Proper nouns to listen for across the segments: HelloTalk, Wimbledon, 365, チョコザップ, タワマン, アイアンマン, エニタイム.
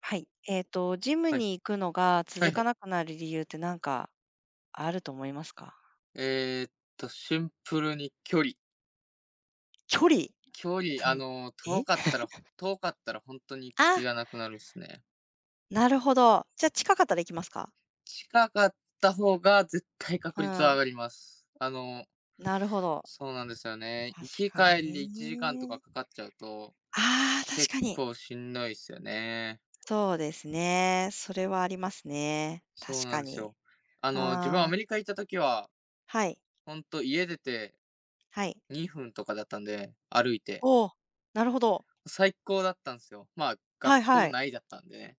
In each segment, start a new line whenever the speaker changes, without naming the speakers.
はい。ジム
はい。
に行くのが
は
続
いは
か
い。
なくなる理由って、なんかあると思いますか？
えーっシンプルに距離。
距離。
距離、
というえ？
遠かったら本当に行く
あ、
気がなくなるっすね。
なるほど。じゃ、近かったら行きますか？
近かった方が絶対
う
確率は上
ん、
がります。
なるほど。
そうなんですよね。行
確
き
かに
帰りで1時間とか
ね。
かかっちゃうと、
ああ、確
結
かに。
構しんどいっすよね。
そうですね。それはありますね。
そう
確
な
か
んです
に。
よ。自分アメ
ああ、
リカ行った時は、
はい、
ほんと家出て
はい。
2分とかだったんで、歩いて。
おお、なるほど。
最高だったんですよ。まあ、学
はいは
校
い。
内だったんでね。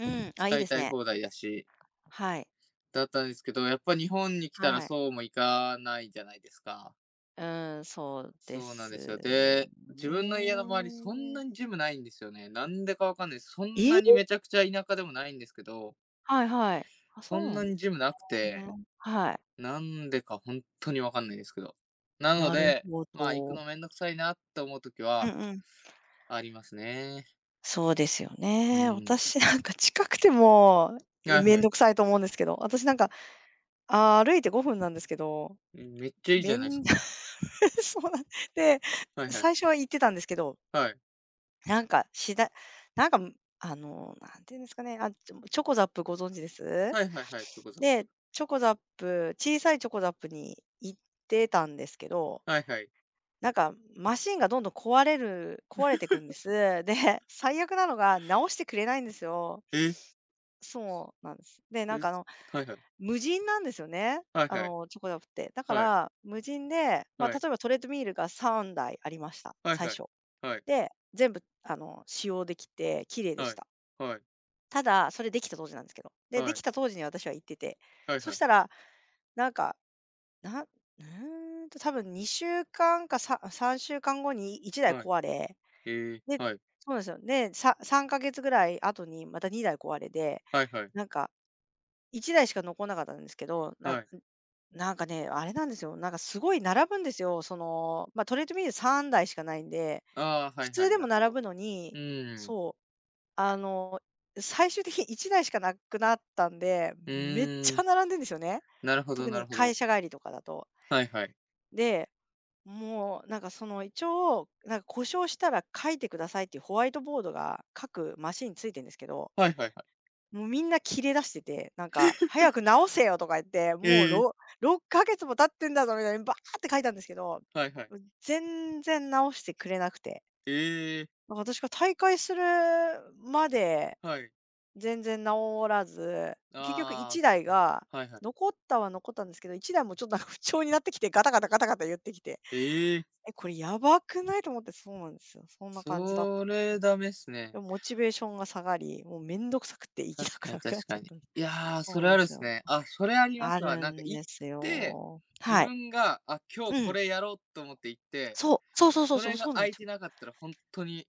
うん、あ、いい
使
で
い
す
たい
ね。
放題だし、
はい、
だったんですけど、やっぱ日本に来たら
はい。
そうもいかないじゃないですか。
うーん、そうで
そうなん
す
ですよ。で、自分の家の周りそん
ね。
なにジムないんですよね。なんでかわかんないです。そん
え
なに
え！
めちゃくちゃ田舎でもないんですけど、
はいはい。あ、
そ
そう
ん
なん
な
で
に
す
ジムなく
ね。
て、
はい。
なんでか本当にわかんないですけど。なの
なる
で、
ほ
まあ、行く
ど。
のめんどくさいなって思う時
うん
は
うん。
ありますね。
そうですよ
う
ね。
ん。
私なんか近くても、え、
はい
めん
はい。
どくさいと思うんですけど、私なんか、あ、歩いて5分なんですけど、
うん、めっちゃいいじ
め
ゃないです
ん
か。
そうなんで、
はいはい。
最初は行ってたんですけど、
はい。
なんかしだなんか、あの、なんていうんですかね、あ、チョコザップご存知です？
はいはいはい、チョコザッ
で、
プ。
チョコザップ、小さいチョコザップに行ってたんですけど、
はいはい。
なんかマシンがどんどん壊れてくんです。で、最悪なのが直してくれないんですよ。
え！
そうなんです。で、なん
え、
かあの、
はいはい。
無人なんですよね、
はい
あ
はい。
の、チョコザップって。だか
はい。
ら、無人で、ま
は
あ、
い。
例えばトレッドミールが3台ありました、
はい
最
はい。
初。
はい。
で、全部あの、使用できて綺麗で
は
し
い。
た。
はい。
ただ、それできた当時なんですけど。で、
は
でき
い。
た当時に私は行ってて、
はい
そ
は
した
い。
ら、なんか、なうーんと、多分2週間かんかさ3週間後に1台
はい。
壊れ、
ええ、
で
はい。
そうなんですよ。で、3ヶ月ぐらい後にまた2台壊れで、
はいはい。
なんか1台しか残んなかったんですけど、
はい。
なんかね、あれなんですよ、なんかすごい並ぶんですよ。その、ま、トレードミール3台しかないんで、
ああ、は
普
いは
通
い、
で
な
も
るほ
並
ど。
ぶの
う
に、
ーん。
そう、あの、最終的に1台しかなくなったんで、
う
めっち
ーん。
ゃ並んでんですよね。
なるほど
特
な
に
るほ
会
ど。
社帰りとかだと。
はいはい。
で、もうなんかその一応、なんか故障したら書いてくださいっていうホワイトボードが書くマシンについてんですけど、
はいはいはい。
もうみんな切れ出してて、なんか「早く直せよ」とか言って、もう
ええ、
ろ6ヶ月も経ってんだぞみたいにバーって書いたんですけど、
はいはい。
全然直してくれなくて。
ええ、
なんか私が大会するまで
はい。
全然治らず、結局
ああ、
1
そ
台
う。
が、
はいはい。
残ったは残ったんですけど、1台もちょっとなんか 不調になってきて、ガタガタガタガタ言ってきて、
ええ、
え、これやばくないと思って、そうなんですよ。そんな感じだっ
そ
たんです
れ
ね。
ダメっすね。
でもモチベーションが下がり、もうめんどくさくて行き
確
たく
かに
なくなっ
確
ちゃ
か
っ
に。
たんです。
いやー、そ
そう
れ
な
あ
んで
るっ
す
す
よ。
ね。あ、それありま
あ
すわ。
る
なんか
ん
行
で
っ
す
て、
よ。
自
はい。
分が、あ、今日
う
こ
ん。
れやろうと思って行って、
そう、そうそうそう
そ
そう、
れが
そうなん
空
で
い
す
て
よ。
なかったらほんとに、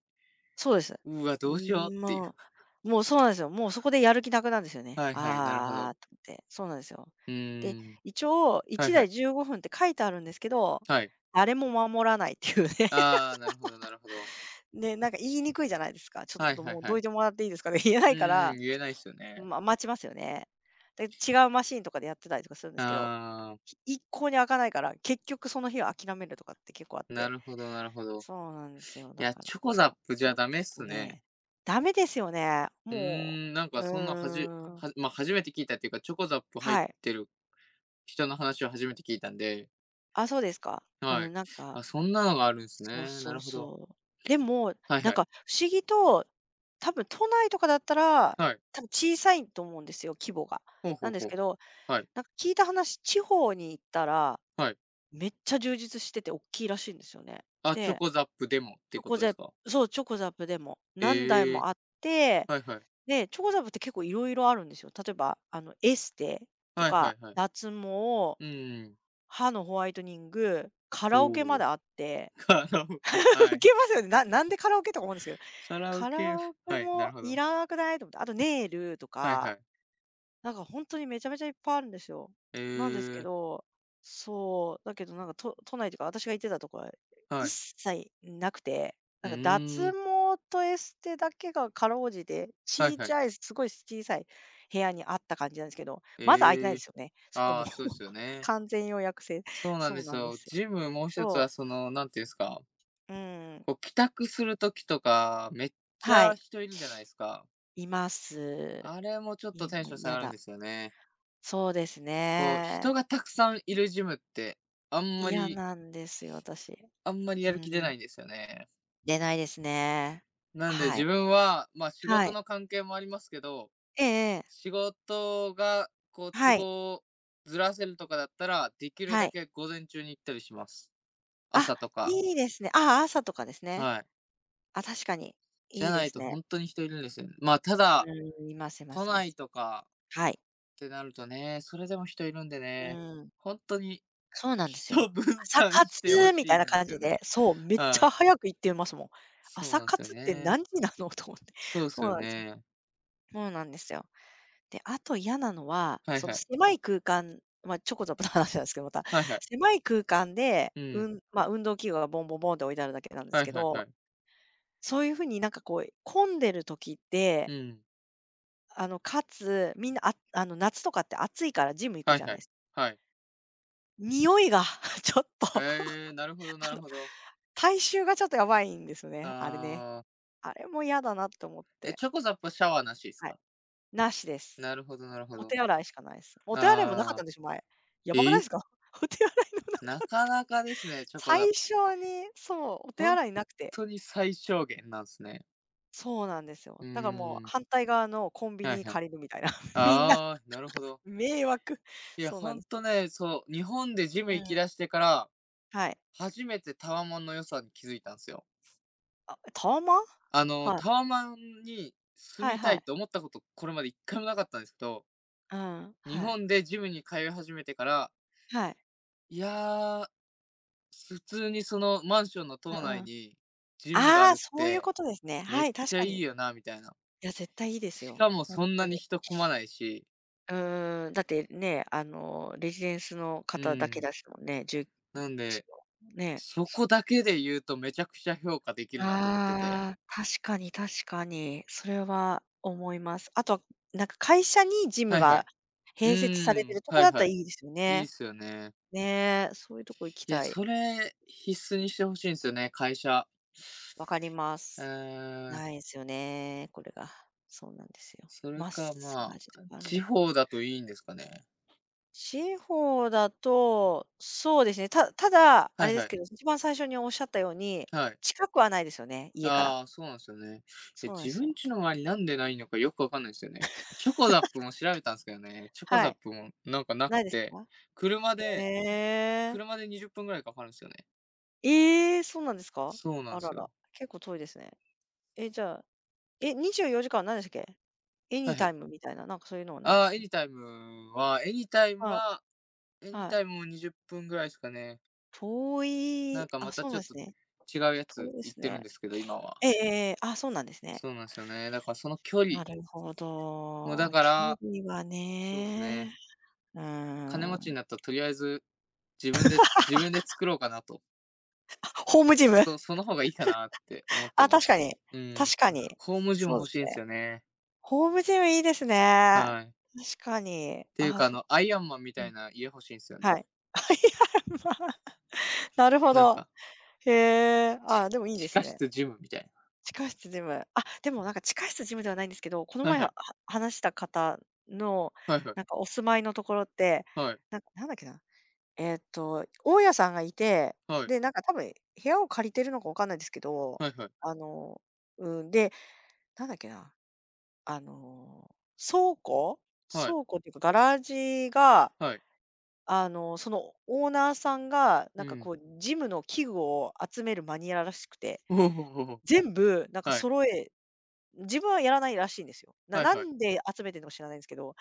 そうです。
うわ、
う
どうしよう
ーん、
っていう。
もうそうなんですよ。もうそこでやる気なくなるんですよ ね。
はいはい、なるほ
あ
ど。
あ、と思って。そうなんですよ。
う
で、
ーん。
一応
は
1
いは
台
い。
15分って書いてあるんですけど、
はい。
誰も守らないっていうね。
ああ、なるほどなるほど。
ね、なんか言いにくいじゃないですか。ちょ
は
っ
い
と
はい
もう
は
どい
い。
てもらっていいですかね、言えな
う
いか
ー
ら、
ん、言えないっすよね。
ま、待ちますよね。で、違うマシンとかでやってたりとかするんですけど、
あ
一向に開かないから、結局その日は諦めるとかって結構あっ
あ、な
て。
るほどなるほど。
そうなんですよ。
い
だ
や、
か
チ
ら
ョコザ
もう、
ップじ
ちょ
ゃ
っ
ダメっ
と
すね。
ね、ダメですよね。
うー
も
ん、なん
う、
か
う
そんなはじ
ーん。
はまあ、初めて聞いたっていうか、チョコザップ入っ
はい。
てる人の話を初めて聞いたんで、
あ、そうですか。う
はい。
ん、なんか、
あ、そんなのがあるんです
そう
ね。な
そう
るほど。
そう。でも、
はい
なん
はい。
か不思議と、多分都内とかだったら、
はい。
多分小さいと思うんですよ、規模が。
ほう
な
ほ
ん
う
です
ほ
け
う。
ど、
はい、
なんか聞いた話、地方に行ったら、
はい。
めっちゃ充実してて大きいらしいんですよね。
あ、チョ
で、
コザップでもっ
チ
て
ョ
こ
コ
とです
ゼ
か？
そう、チョコザップでも何台
ええ、
もあって、
はいはい。
で、チョコザブって結構いろいろあるんですよ。例えば、あの、エステと
はいは
か、
いはい。
脱毛、
うーん、
歯のホワイトニング、カ
お
ラオケまで
お、
あって、
カラオケ、は
ウ
い。
ケますよね。なんでカラオケとか思うんですけど、
カラオ
カラ
ケ
オケ
はい、なる
も
ほ
い
ど。
らなくないと思って、あとネイルと
はいは
か、
い。
なんか本当にめちゃめちゃいっぱいあるんですよ。
え
なんですけ
え、
ど、そう、だけどなんか、都内というか、私が行ってたとこは
は
一
い。
切なくて、
う
なんか
ー
脱
ん、
毛とエステだけが辛うじて、
はい
小
はい。
さい、すごい小さい部屋にあった感じなんですけど、まだ空いてない
え
で
え、
すよね、そこ
あ
も。
あ、そうですよ ね。
完全予約制。
そうなん
そう
で
な
す
んで
よ。
すよ。
ジムもう一つ
そ
はその、なんていうんですか、
う、うん。
こう帰宅する時とか、めっち
は
ゃ
い、
人いるじゃないですか。
います。
あれもちょっとテン
もう
ション下
嫌
がるんで
だ。
すよね。
そうです
こう、人
ね。
がたくさんいるジムって、あんま
嫌
り
なんですよ、私。
あんまりや
う
る気出
ん。
ないんですよね。
出ないですね。
なんで
は
自
い。
分は、ま、仕
は
事
い。
の関係もありますけど、
ええええ。
仕事がこう都
はい。
合をずらせるとかだったら、できる
は
だ
い。
け午前中に行ったりします。
あ、
朝とか、
いいですね。ああ、朝とかですね。
はい。
あ、確かに。
じ
い
ゃ
いで
ない
す
と
ね。
本当に人いるんですよね。ま、ただ、
うん、いますいま
都
すいま
内
す。
とか
はい。
ってなるとね、それでも人いるんで
う
ね、
ーん。
本当に
そうなんです
人
よ。
を分
朝
散してほ
活みた
しい
いな
んで
感
す
じ
よ
で、
ね。
そう、めっち
は
ゃ
い。
早く行ってますもん。
そう
朝
なんですよ
活って
ね。
何時なの と思って。
そうです
そう
よ
なんですよ。
ね。
そうなんですよ。で、あと嫌なのは、
はい
そ
は
の
い。
狭い空間、まあ、ちょこちょこの話なんですけど、また、
はいはい。
狭い空間で、
う
う
ん。
ん、まあ、運動器具がボンボンボンって置いてあるだけなんで
は
す
い
け
はいは
ど、
い。
そういう風になんかこう混んでる時って、
うん。
あの、かつ、みんな、あの、夏とかって暑いからジム行く
はい
じゃな
は
い
い。
ですか、
はい。
匂いが ちょっと、
ええ、なるほどな
あ
る
の、
ほど。
体臭がちょっとやばいんですよね、あれね。
ああ、
あれも嫌だなと思っ
え、
て。
チョコザップはシャワーなしです
はい。
か？
なしです。
なるほどなるほ
お
ど。
手洗いしかないです。お手洗いもなかっ
あ
た
あ、
んでしょ、前。やばくない
え、
ですか？お手洗いのなか
なかなかですね、チョコ
最
ザップ。
初に、そう、お手
本
洗いなくて。
当に最小限なんですね。
そうなんです
う
よ。
ー
だからもう
ん、
反対側のコンビ
はい
ニ
はい。
借りるみたいな。みんな
ああ、なるほど。
迷惑。
いや、
そうな
ほ
んで
ん
す。
とね、そう、日本でジム
う
行
ん。
き出してから、
はい。
初めてタワマンの良さに気づいたんすよ。
あ、タワマン？
あの、
はい。
タワマンに住
はい
み
は
たい
い。
と思ったこと、これまで一回もなかったんですけど、
うん、
日
はい。
本でジムに通い始めてから、
はい。
いや、普通にそのマンションの棟
うんう
内
ん。
にジムがあ
ああ、
るっ
そういう
て、
ことですね。
め
は
っ
い、確
ちゃ
か
い
に。
いよなみたいな。
いや、絶対いいです
し
よ。
かも
本
そん
当
なに
に。
人混まないし、
うーん、だってね、あの、レジデンスの
う
方だけ
ん、
だしもんね、
なん
そ
で、
の、ね。
そこだけで言うとめちゃくちゃ評価できるなと思ってて。
ああ、確かに確かに。それは思います。あとは、なんか会社にジム
はいは
が
い。う
併設され
ー
て
ん、
るとこ
はい
だった
は
ら
い。
いいですよ
いいっ
ね。
すよね。
ねえ、そういうとこ行き
いや、
たい。
それ、必須にして欲しいんすよね、会社。
わかりま
う
す。
ーん、
ないですよね、これが。そうなんですよ。
それ
マッ
か、
サ
ま
ージと
あ、
かあるんだ
地
けど。
方だといいんですかね。
地方だと、そうですね、ただ、あ
はい
れで
は
すけ
い。
ど、一番最初におっしゃったように、
はい。
近くはないですよね、家から。
ああ、そうなんすよね。え、
そうなんで
自
すよ。
分ちの周りなんでないのかよくわかんないすよね。チョコザップも調べたんすけどね、チョコ
は
ザッ
い、
プもなんかな
な
く
いです
て、
か？
車
え
で
え。
車で20分ぐらいかかるんすよね。
ええ、そうなんですか？
そうな
あ
ん
ら
す
ら、
よ。
結構遠いですね。え、じゃあ、え、24時間何でしたっけ？エ
は
ニ
いは
タイ
い。
ムみたいな、なんかそういうのはないんで
あ
す
あ、エ
か？
ニタイムはエニタイム
は
は
い、
イ
はい。
体も20分ぐらいですかね。なんか
あ、
また
そう
ち
な
ょ
ん
っ
です
と
ね。
違うや
遠い
つ
で
行
す
ってるん
ね。
ですけど、今は。
ええええええ、あ、そうなんですね。
そうなんですよね。だからその距離、
なるほ
もう
ど。
だか
距
ら、
離は
そうですね、
ね、うー
金持ち
ん。
になったらとりあえず自分で作ろうかなと。
ホームジム？
その方がいいかなって思っ て
あ、
ま
確かに、
す。うん。
確かに。
ホームジム
そうで
欲し
す
いんです
ね。
よね。
ホームジムいいですね。
はい。
確かに。
っていう
ああ、
か、アイアンマンみ
う
た
ん、
いな家欲しいんですよね。
はい。いや、まあ、なるほ
なん
ど。
か、
へえ、あ、でもいいで
地下
すね。
室ジムみたい
地下室ジム。あ、でもなんか地下室ジムではないんですけど、この
な。は
前
いは
は
い。
は話した方の、
はいは
なん
い。
かお住まいのところって、
はい。
なんかなんだっけな、えっと、大家さんがいて、
はい。
で、なんか多分部屋を借りてるのかわかんないですけど、
はいはい。
あの、うん、で、なんだっけな、あの、倉庫
はい。
倉庫っていうかガラージが、
はい。
そのオーナーさんが、な
う
んかこ
ん。
うジムの器具を集めるマニアらしくて、
おおおおお、
全部なんか
はい。
揃え、自分はやらないらしいんですよ。な
はい
な
はい。
んで集めてんのか知らないんですけど。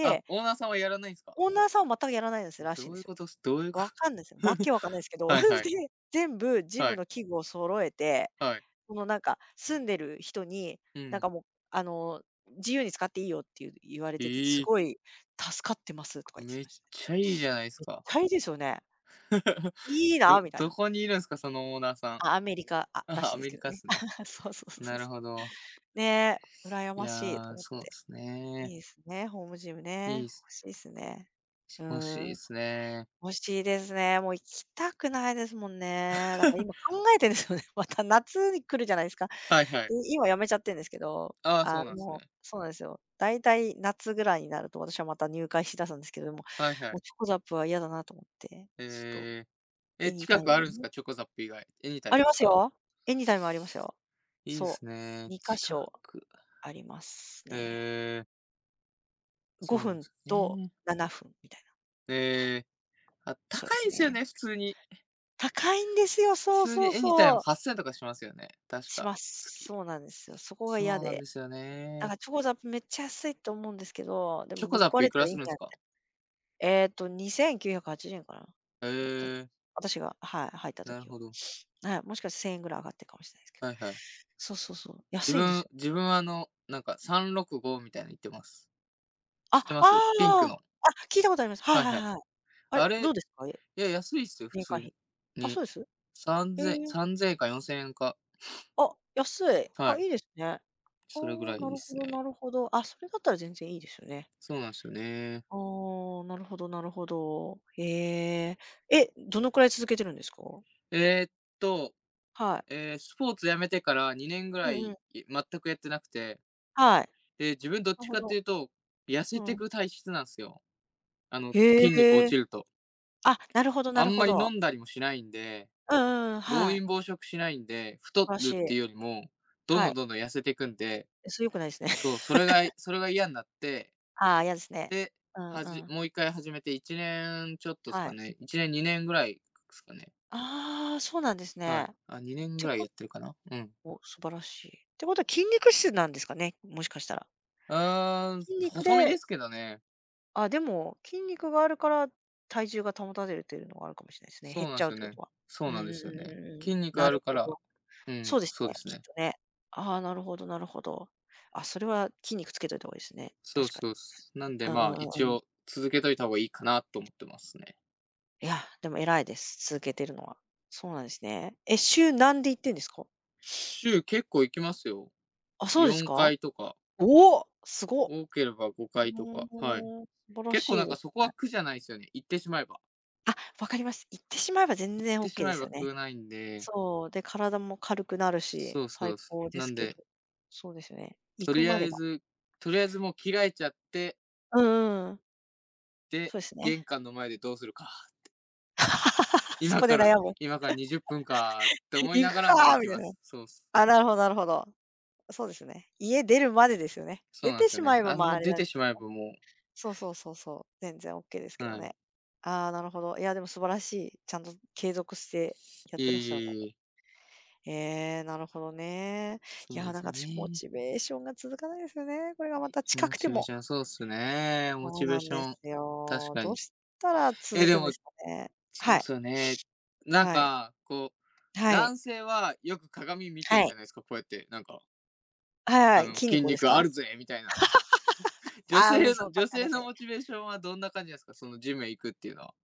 あ、オーナーさんはやらないんですか？
オーナーさんは全くやらないんですらしい
ど
んで
うい
す
う
よ。
ことっすどういうこ
わかんないですよ。
と
わけわかんないですけ ど。
はいは い、
で、全部ジ
は
ム
い、
の器具を揃えて、
はい。
このなんか住んでる人に、
う
なん
ん。
かもう、自由に使っていいよっていう言われてて、す
ええ、
ごい助かってますとか言って
め
ま
っ
したね。
ちゃいいじゃないです
めっ
か。
ちゃいいですよね。いいな
ど
みたい
ど
な。
こにいるんですか？そのオーナーさん。
あ、アメリカ、あ、ら
あ、
しい
ア
です
メリ
けど
カっ
ね。
すね。
そうそうそ
な
うそ
るほど。
う。ねえ、羨
い
ましい
や
と
ー、
思っ
そう
て。
です
い
ね。
いですね、ホームジムね。
いいっす
欲しいですね。う
欲
ー
しいっ
ん、
すね。
欲しいですね。もう行きたくないですもんね。だから今考えてるんですよね。また夏に来るじゃないですか。
はいは
で、
い。
今辞めちゃってるんですけど、
ああ、そうなんですね。
そうなんですよ。だいたい夏ぐらいになると私はまた入会しだすんですけども、
はいは
もう
い。
チョコザップは嫌だなと思って、ちょっと
えー
エ
え、
ニタ
近
イ
くあ
ム、
るんですか？チョコザップ以外。エニタ
あ
イム
り
で
ま
す
す
か？
よ。エニタイムありますよ。
いいっ
そ
す
う、
ね、
2箇
近
所
く。
あります
え
ね。
ー、そうな
5
んで
分
す
と
ね。
7分みたいな。
ええ、あ、
そう
高
です
いんすよ
ね。
ね、普通に。
高いんですよ。
普
そう
通に
そう
絵自体
そ
も
う。
8,000とかしますよね、確
し
か、
ます。
月。
そうなんですよ。そこが
そう
嫌
なん
で。
ですよ
だ
ね。
からチョコザップめっちゃ安いと思うんですけど、で
チョ
も
コ
ぶっ
ザッ
壊
プい
れ
く
たら
ら
意味
するん
な
す
いみ
か？
たい。2 9 8 0かな。だ
へ
った。
え、
私が、はい、入った
なる
時は。
ほど。
はい、もしかして1 0 0 0ぐらい上がってるかもしれないですけど。
はいはい。
そうそうそう、
自
安いんです
分
よ。
自分はなんか365みたいの行ってます。
あ、
知ってます？ピンク
ああ、
の。
あ、聞いたことあります。はい
はい
は
はい。
いはい。あれ、
あれ、
ど
い
うですか？え、
や、安いっすよ、普
年会
通
費。あ、そ
に。
うです？
3 0
ええ、
0 0円か4000円か、
あ、安い。
は
あ、い
い、
いですね。あ
それぐ
あ、
らい
な
で
るほ
す
ど
ね。
なるほど。あ、それだったら全然いいですよね。
そうなんすよね。
ああ、なるほどなるほど。へえ。え、どのくらい続けてるんですか？
えっと
はい。
スポーツ辞めてから2年ぐ
う
ら
ん
い、
うん。
全くやってなくて、
はい。
で、自分どっ
なる
ち
ほ
かって
ど。
いうと、痩
う
せて
ん。
く体質なんすよ。筋肉
へ
落
え。
ちると。
あ、なるほどな
あ
る
ん
ほ
まり飲
ど。
んだりもしないんで、
うんうん
暴
はい。
飲暴食しないんで、
素
太
晴らし
るって
い。
いうよりも、どん
は
どん
い。
どんどん痩せていくんで、
それ良くないですね。
そう、それが嫌になって、
ああ、嫌ですね。
で、
うんうん。
もう一回始めて1年ちょっとす
は
か
い。
ね、1年、2年ぐらいすかね。
ああ、そうなんです
は
ね。
い。
っ
あ、2年ぐ
て
らいや
こ
っ
と
てるかな。うん。
お、素晴らしい。ってことは筋肉質なんですかね、もしかしたら。
うーん、
筋肉
細身で
で
すけどね。
あ、でも、筋肉があるから体重が保たれるというのがあるかもしれないですね。
そう
減っ
なん
ち
で
ゃうっ
すよ
てこ
ね。
とは。
そ
うん
う
うん
なんですよ
うん
ね。
うんう
筋
ん。
肉
な
ある
る
か
ほ
ら、
ど。
う
そ
ん、
うです
そう
ね、
です
きっ
ね。
とね。ああ、なるほどなるほど。あ、それは筋肉つけといた方がいいですね、
そ
確
う
かに。
そうす。なんで、
うん
まあ、
うんう
一
んうん。
応続けといた方がいいかなと思ってますね。
いや、でも偉いです、続けてるのは。そうなんですね。え、週何で行ってんですか？
週結構行きますよ。
あ、そうです
4
か？
回とか、
おお！すごっ。
多ければ5
ふ
回とか、はい。
ーん、素晴ら
結
し
構な
い
ん
で
か
す
そこは
ね。
苦じゃないですよね、行ってしまえば。行
あ、わかります。行ってしまえば全
っ
然オ
て
ッ
し
ケーで
まえ
す
ば
よね。
苦ないんで、
そう、で、体も軽くなるし、
そうそ
最
うす。
高で
な
す
ん
けど。
で、
そうですね。行
と
く
り
ま
あ
で
え
が、
ずとりあえずもう着替えちゃって、
うんうん。
で、
そうですね。
玄関の前でどうするか。
そ
今
こで
から、
悩む。
今から20分かって思い
行
なが
く
ら、まあ
かー
行
み
き
たい
ま
な。
す。そう
あ、なるほどなるほど。そうですね。家出るまでですよね。
そう
出
なんで
て
すよ
しま
ね。
えば、
あ、
まあ、
も
あ
う
れ
出
なん
て
です
し
けど
まえ
ね。
ばも
そうそうそうそう。全然オッケーです
う、
けど
はい。
ね。ああ、なるほど。いや、でも素晴らしい。ちゃんと継続してやっ
いえい
てらっしゃるの
えい
で。
え。
ええ、なるほどね。
そ
い
うなん
や、
で
なん
す
か
よ
私モ
ね。
チベーションが続かないですよね。これがまた近
モ
くて
チベー
も。
ション、そうっすね。モ
そう
チベー
なん
シ
で
ョン、
す
確
よ。
か
どう
に。
したら
え、
続
で
くんで
も、
すかね？
そう
は
っ
い。
すよね。なん
はい。
か、こう、
はい。
男性はよく鏡見て
は
るじ
い。
ゃないですか、こうやって。なんか、
はいはい。筋
筋
肉をです
肉あ
か？
るぜみたいな。女
ああー、うん、
性
そ
の、
う、
女
確かに
性
確か
の
に。
モチベーションはどんな感じですかそのジムへ行くっていうのは。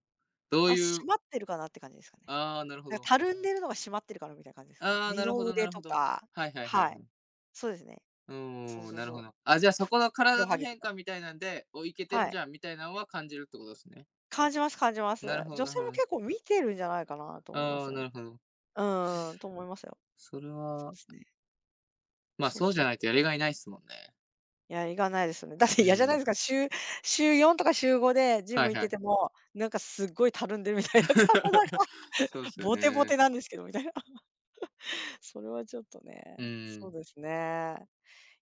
ど
あ、
ういう、
締まってるかなって感じですかね。
ああ、なるほ
なん
ど。
かたるんでるのが締まってるかなみたいな感じですね。
ああ、
二
なる
の
ほどな
腕
るほ
と
ど。
か、
はいはいはい
は
は
い。
い。
そうですね。
う
そう
ーん、
そう
なるほ
そう。
ど。あ、じゃあそこの
ふく
体
らは
の
ぎと
変
か。
化みたいなんで、お、いけて
は
る
い。
じゃんみたいなのは感じるってことですね。
感じます感じます。
なるほど
女
なる
性
ほ
も
ど。
結構見てるんじゃないかなと思いま
あ
す
あ、
よ
な
ね。
るほど。
うーうん、と思いますよ。
それ
そう
は、
ですね。
まあ、
そう
そう
そ
じ
う
ゃ
そ
ない
う。
とやりがいないっすもんね。
いや、行かないですよね。だって
う
嫌じゃないで
ん。
すか。週4とか週5でジ
は
ム
い
行っ
は
て
い。
ても、なんかすっごいたるんでるみたいな 体が
そうっす よ
ボテボ
ね。
テなんですけどみたいな。それはちょっとね、
う
そう
ん。
ですね。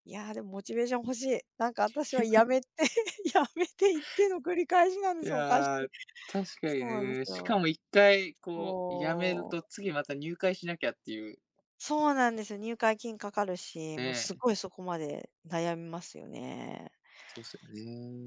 いやー、でもモチベーション欲しい。なんか私はやめて、やめて行っての繰り返しなんで
い
すよ、おかしい。
やー、確かに
そうなんで
ね。
す
しか
よ。
も一回こう辞める
そ
と、
う。
次また入会しなきゃっていう、
そうなんですよ、入会金かかるし、もう
ね。
すごいそこまで悩みますよね。
そうっすよ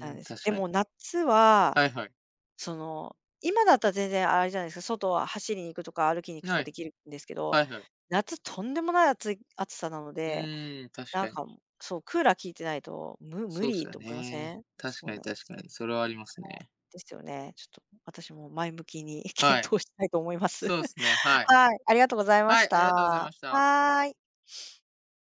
なんですよ。
確
で
か
も
に。
夏は
はいはい。
その、今だったら全然あれじゃないですか、外は走りに行くとか歩きに行くと
は
かで
い。
きるんですけど、
はいはい。
夏とんでもない暑い暑さなの
う
で、
ーん、確
なん
かに。
か、そう、クーラー効いてないと、む無
そうっす
理
よ
と思いませ
ね。
ん？
確
そう
かに
なんで
確
す
か
よ。
に、それはありますね。
ですよね。ちょっと私も前向きに 検
はい、
討したいと思います。
そうっすね、はい。
はい、ありがとうございま
は
し
い、あり
た。
がとうござい
は
ました。
ーい。